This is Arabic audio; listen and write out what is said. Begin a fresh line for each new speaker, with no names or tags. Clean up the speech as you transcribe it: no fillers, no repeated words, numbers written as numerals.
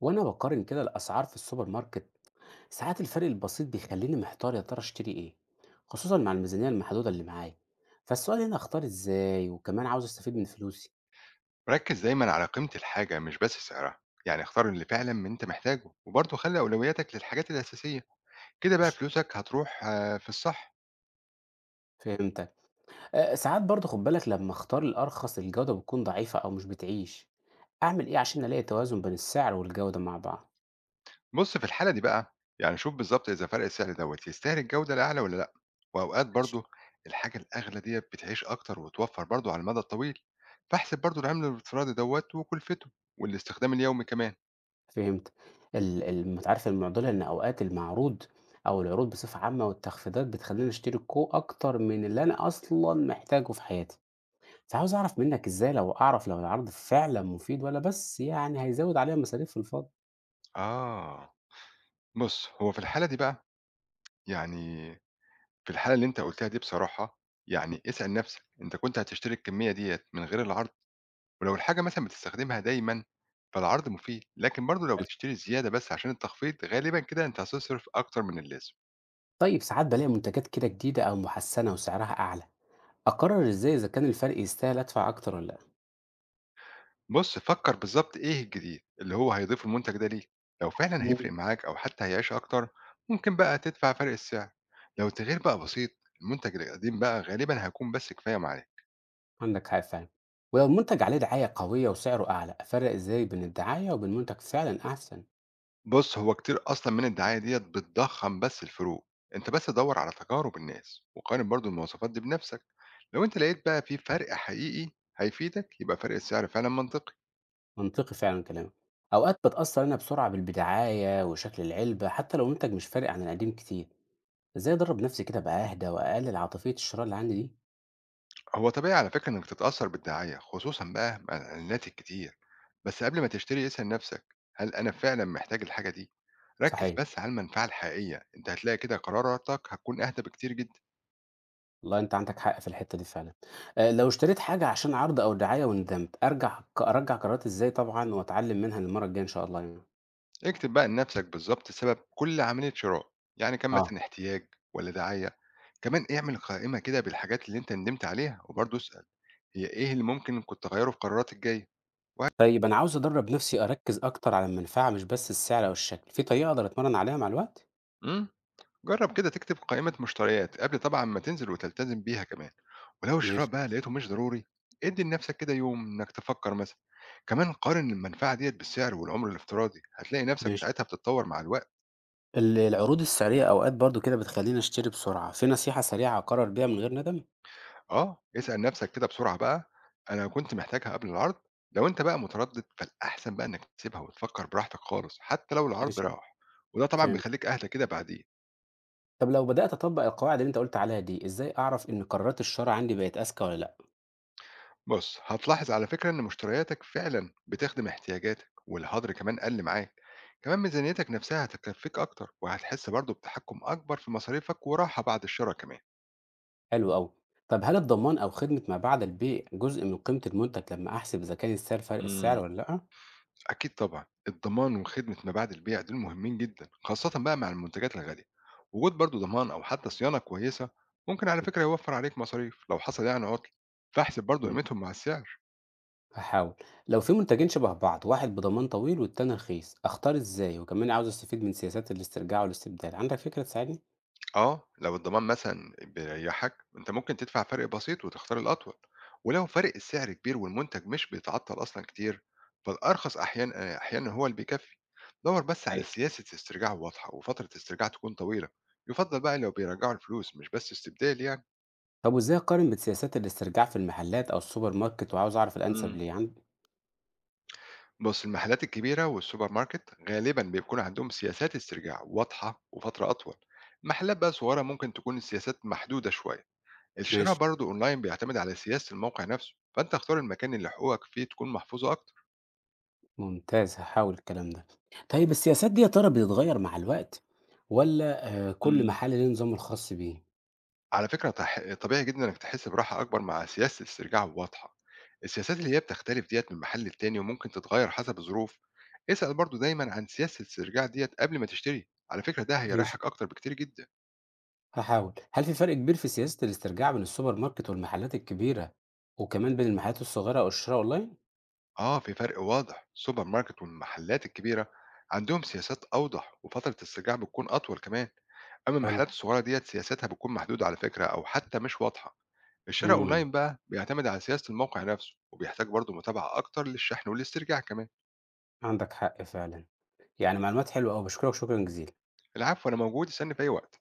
وانا بقارن كده الاسعار في السوبر ماركت. ساعات الفرق البسيط بيخليني محتار، يا ترى اشتري ايه، خصوصا مع الميزانية المحدودة اللي معايا. فالسؤال هنا، اختار ازاي وكمان عاوز استفيد من فلوسي؟
ركّز دايمًا على قيمة الحاجة مش بس سعرها، يعني اختار اللي فعلًا من أنت محتاجه، وبرضه خلّي أولوياتك للحاجات الأساسية، كده بقى
مش
فلوسك هتروح في الصح.
فهمتك. أه، ساعات برضه خد بالك، لما اختار الارخص الجودة بتكون ضعيفة او مش بتعيش. اعمل ايه عشان الاقي توازن بين السعر والجودة مع بعض؟
بُص في الحالة دي بقى، يعني شوف بالضبط إذا فرق السعر دوّة يستاهل الجودة الأعلى والّا لأ، وأوقات
ماشي.
برضه الحاجة الأغلى ديّة بتعيش أكتر وتوفّر برضه على المدى الطويل، فاحسب برضه العمْل الافتراضي دوّة وكلفته والاستخدام اليومي كمان.
فهمت. أنت عارف المعضلة ان اوقات المعروض او العروض بصفة عامة والتخفيضات بتخليني اشتري كو اكتر من اللي انا اصلا محتاجه في حياتي. بس عاوز أعرف منّك إزاي لو أعرف لو العرض فعلًا مفيد والّا بس يعني هيزوّد عليَّ المصاريف في الفاضي؟
آه. بُص، هو يعني في الحالة اللي أنت قُلتها دي بصراحة، يعني اسأل نَفْسك أنت كنت هتشتري الكمية ديّة من غير العرض؟ ولو الحاجة مثلًا بتستخدمها دايمًا، فالعرض مفيد، لكن برضه لو
حلو.
بتشتري زيادة بس عشان التخفيض، غالبًا كده أنت هتصرف أكتر من اللازم.
طيب، ساعات بالاقي منتجات كده جديدة أو محسّنة وسعرها أعلى، أقرر إزاي إذا كان الفرق يستاهل أدفع أكتر والّا لأ؟
بُص، فكّر بالضبط إيه الجديد اللي هو هيضيفه المنتج ده ليك، لو فعلًا
إمم،
هيفرق معاك أو حتى هيعيش أكتر، ممكن بقى تدفع فرق السعر، لو التغيير بقى بسيط، المنتج القديم بقى غالبًا هيكون بس كفاية معاك.
عندك حق فعلًا. ولو المنتج عليه دعاية قوية وسعره أعلى، أفرّق إزاي بين الدعاية وبين منتج فعلًا أحسن؟
بص، هو كتير اصلا من الدعايه ديت بتضخم بس الفروق. انت بس دور على تجارب الناس وقارن برضو المواصفات دي بنفسك، لو انت لقيت بقى في فرق حقيقي هيفيدك يبقى فرق السعر فعلا منطقي.
منطقي فعلًا كلامك. أوقات باتأثّر أنا بسرعة بالدعاية وشكل العلبة حتى لو المنتج مش فارق عن القديم كتير، إزاي أدرّب نفْسي كده أبقى أهدى وأقلل عاطفية الشراء اللي عندي دي؟
هو طبيعي على فكره انك تتاثر بالدعايه خصوصا بقى مع الاعلانات الكتير، بس قبل ما تشتري اسال نفسك: هل انا فعلا محتاج الحاجه دي؟ ركز
صحيح.
بس على المنفعه الحقيقيه، انت هتلاقي كده قراراتك هتكون اهدى بكتير جدا.
والله أنت عندك حق في الحتة دي فعلًا. لو اشتريت حاجة عشان عرض أو دعاية وندمت، أرجع أرجّع قراراتي إزاي طبعًا وأتعلّم منها للمرّة الجاية إن شاء الله يعني؟
اكتب بقى لنفسك بالظبط سبب كل عملية شراء، يعني كان
آه.
مثلا احتياج ولا دعاية. كمان اعمل قائمة كده بالحاجات اللي انت ندمت عليها وبرضه اسأل: هي ايه اللي ممكن كنت تغيره في قراراتك الجاية؟
طيب، أنا عاوز أدرّب نَفْسي أركّز أكتر على المنفعة مش بس السعر أو الشكل، في طريقة أقدر أتمرّن عليها مع الوقت؟
امم جرب كده تكتب قائمة مشتريات قبل طبعا ما تنزل وتلتزم بيها كمان. ولو الشراء
ماشي.
بقى لقيته مش ضروري، ادي لنفسك كده يوم انك تفكر مثلا. كمان قارن المنفعة ديت بالسعر والعمر الافتراضي، هتلاقي نفسك
ماشي.
ساعتها بتتطور مع الوقت.
العروض السعرية أوقات برضه كده بتخلّيني أشتري بسرعة، في نصيحة سريعة أقرّر بيها من غير ندم؟
آه، اسأل نفْسك كده بسرعة بقى: أنا كنت محتاجها قبل العرض؟ لو أنت بقى متردد فالأحسن بقى إنك تسيبها وتفكّر براحتك خالص حتى لو العرض
ماشي.
راح، وده طبعًا
فهمت.
بيخلّيك أهدى كده بعدين.
طب لو بدأت أطبّق القواعد اللي أنت قُلت عليها دي، إزاي أعرف إن قرارات الشرا عندي بقت أذكى والّا لأ؟
بُص، هتلاحظ على فكرة إن مشترياتك فعلًا بتخدم احتياجاتك والهدر كمان قَل معاك، كمان ميزانيتك نفْسها هتكفّيك أكتر وهتحس برضه بتحكُّم أكبر في مصاريفك وراحة بعد الشرا كمان.
حلو أوي. طب هل الضمان أو خدمة ما بعد البيع جزء من قيمة المنتج لما أحسب إذا كان فرق السعر
إمم.
ولا لأ؟
أكيد طبعًا، الضمان وخدمة ما بعد البيع دول مهمين جدًا، خاصةً بقى مع المنتجات الغالية. وجود برضه ضمان أو حتى صيانة كويسة ممكن على فكرة يوفّر عليك مصاريف لو حصل يعني عطل، فاحسب برضه
إمم.
قيمتهم مع السعر.
هاحاول. لو في منتجين شبه بعض، واحد بضمان طويل والتاني رخيص، أختار إزاي؟ وكمان عاوز أستفيد من سياسات الاسترجاع والاستبدال، عندك فكرة تساعدني؟
آه، لو الضمان مثلًا بيريحك، أنت ممكن تدفع فرق بسيط وتختار الأطول، ولو فرق السعر كبير والمنتج مش بيتعطل أصلًا كتير، فالأرخص أحيانًا هو اللي بيكفّي. دَوّر بس على
حقيقة.
سياسة استرجاع واضحة وفترة استرجاع تكون طويلة، يُفضّل بقى لو بيرجّعوا الفلوس مش بس استبدال يعني.
طب وإزاي أقارن بسياسات الاسترجاع في المحلات أو السوبر ماركت وعاوز أعرف
إمم.
الأنسب ليه؟
بص، المحلات الكبيرة والسوبر ماركت غالبا بيكون عندهم سياسات استرجاع واضحة وفترة أطول. المحلات بقى صغيرة ممكن تكون السياسات محدودة شوية. الشراء
ماشي.
برضو أونلاين بيعتمد على سياسة الموقع نفسه، فأنت اختار المكان اللي حقوقك فيه تكون محفوظة أكتر.
ممتاز، هاحاول الكلام ده. طيب السياسات دي يا ترى بتتغير مع الوقت، والّا كل
مم.
محل ليه نظامه الخاص بيه؟
على فكرة طبيعي جدا إنك تحس براحة أكبر مع سياسة استرجاع واضحة. السياسات اللي هي بتختلف ديت من محل للتاني وممكن تتغير حسب الظروف. اسأل برضو دايما عن سياسة الاسترجاع ديت قبل ما تشتري، على فكرة ده
ماشي.
هيريحك أكتر بكتير جدا.
هاحاول. هل في فرق كبير في سياسة الاسترجاع بين السوبر ماركت والمحلات الكبيرة، وكمان بين المحلات الصغيرة أو الشراء أونلاين؟
آه، في فرق واضح. السوبر ماركت والمحلات الكبيرة عندهم سياسات أوضح وفترة السجاع بتكون أطول كمان. أما
حلو.
المحلات الصغيرة ديت سياستها بتكون محدودة على فكرة أو حتى مش واضحة. الشراء
إمم،
أونلاين بقى بيعتمد على سياسة الموقع نفسه وبيحتاج برضه متابعة أكتر للشحن والاسترجاع كمان.
عندك حق فعلًا. يعني معلومات حلوة أوي، باشكرك شكرًا جزيلًا.
العفو، أنا موجود، استنى في أي وقت.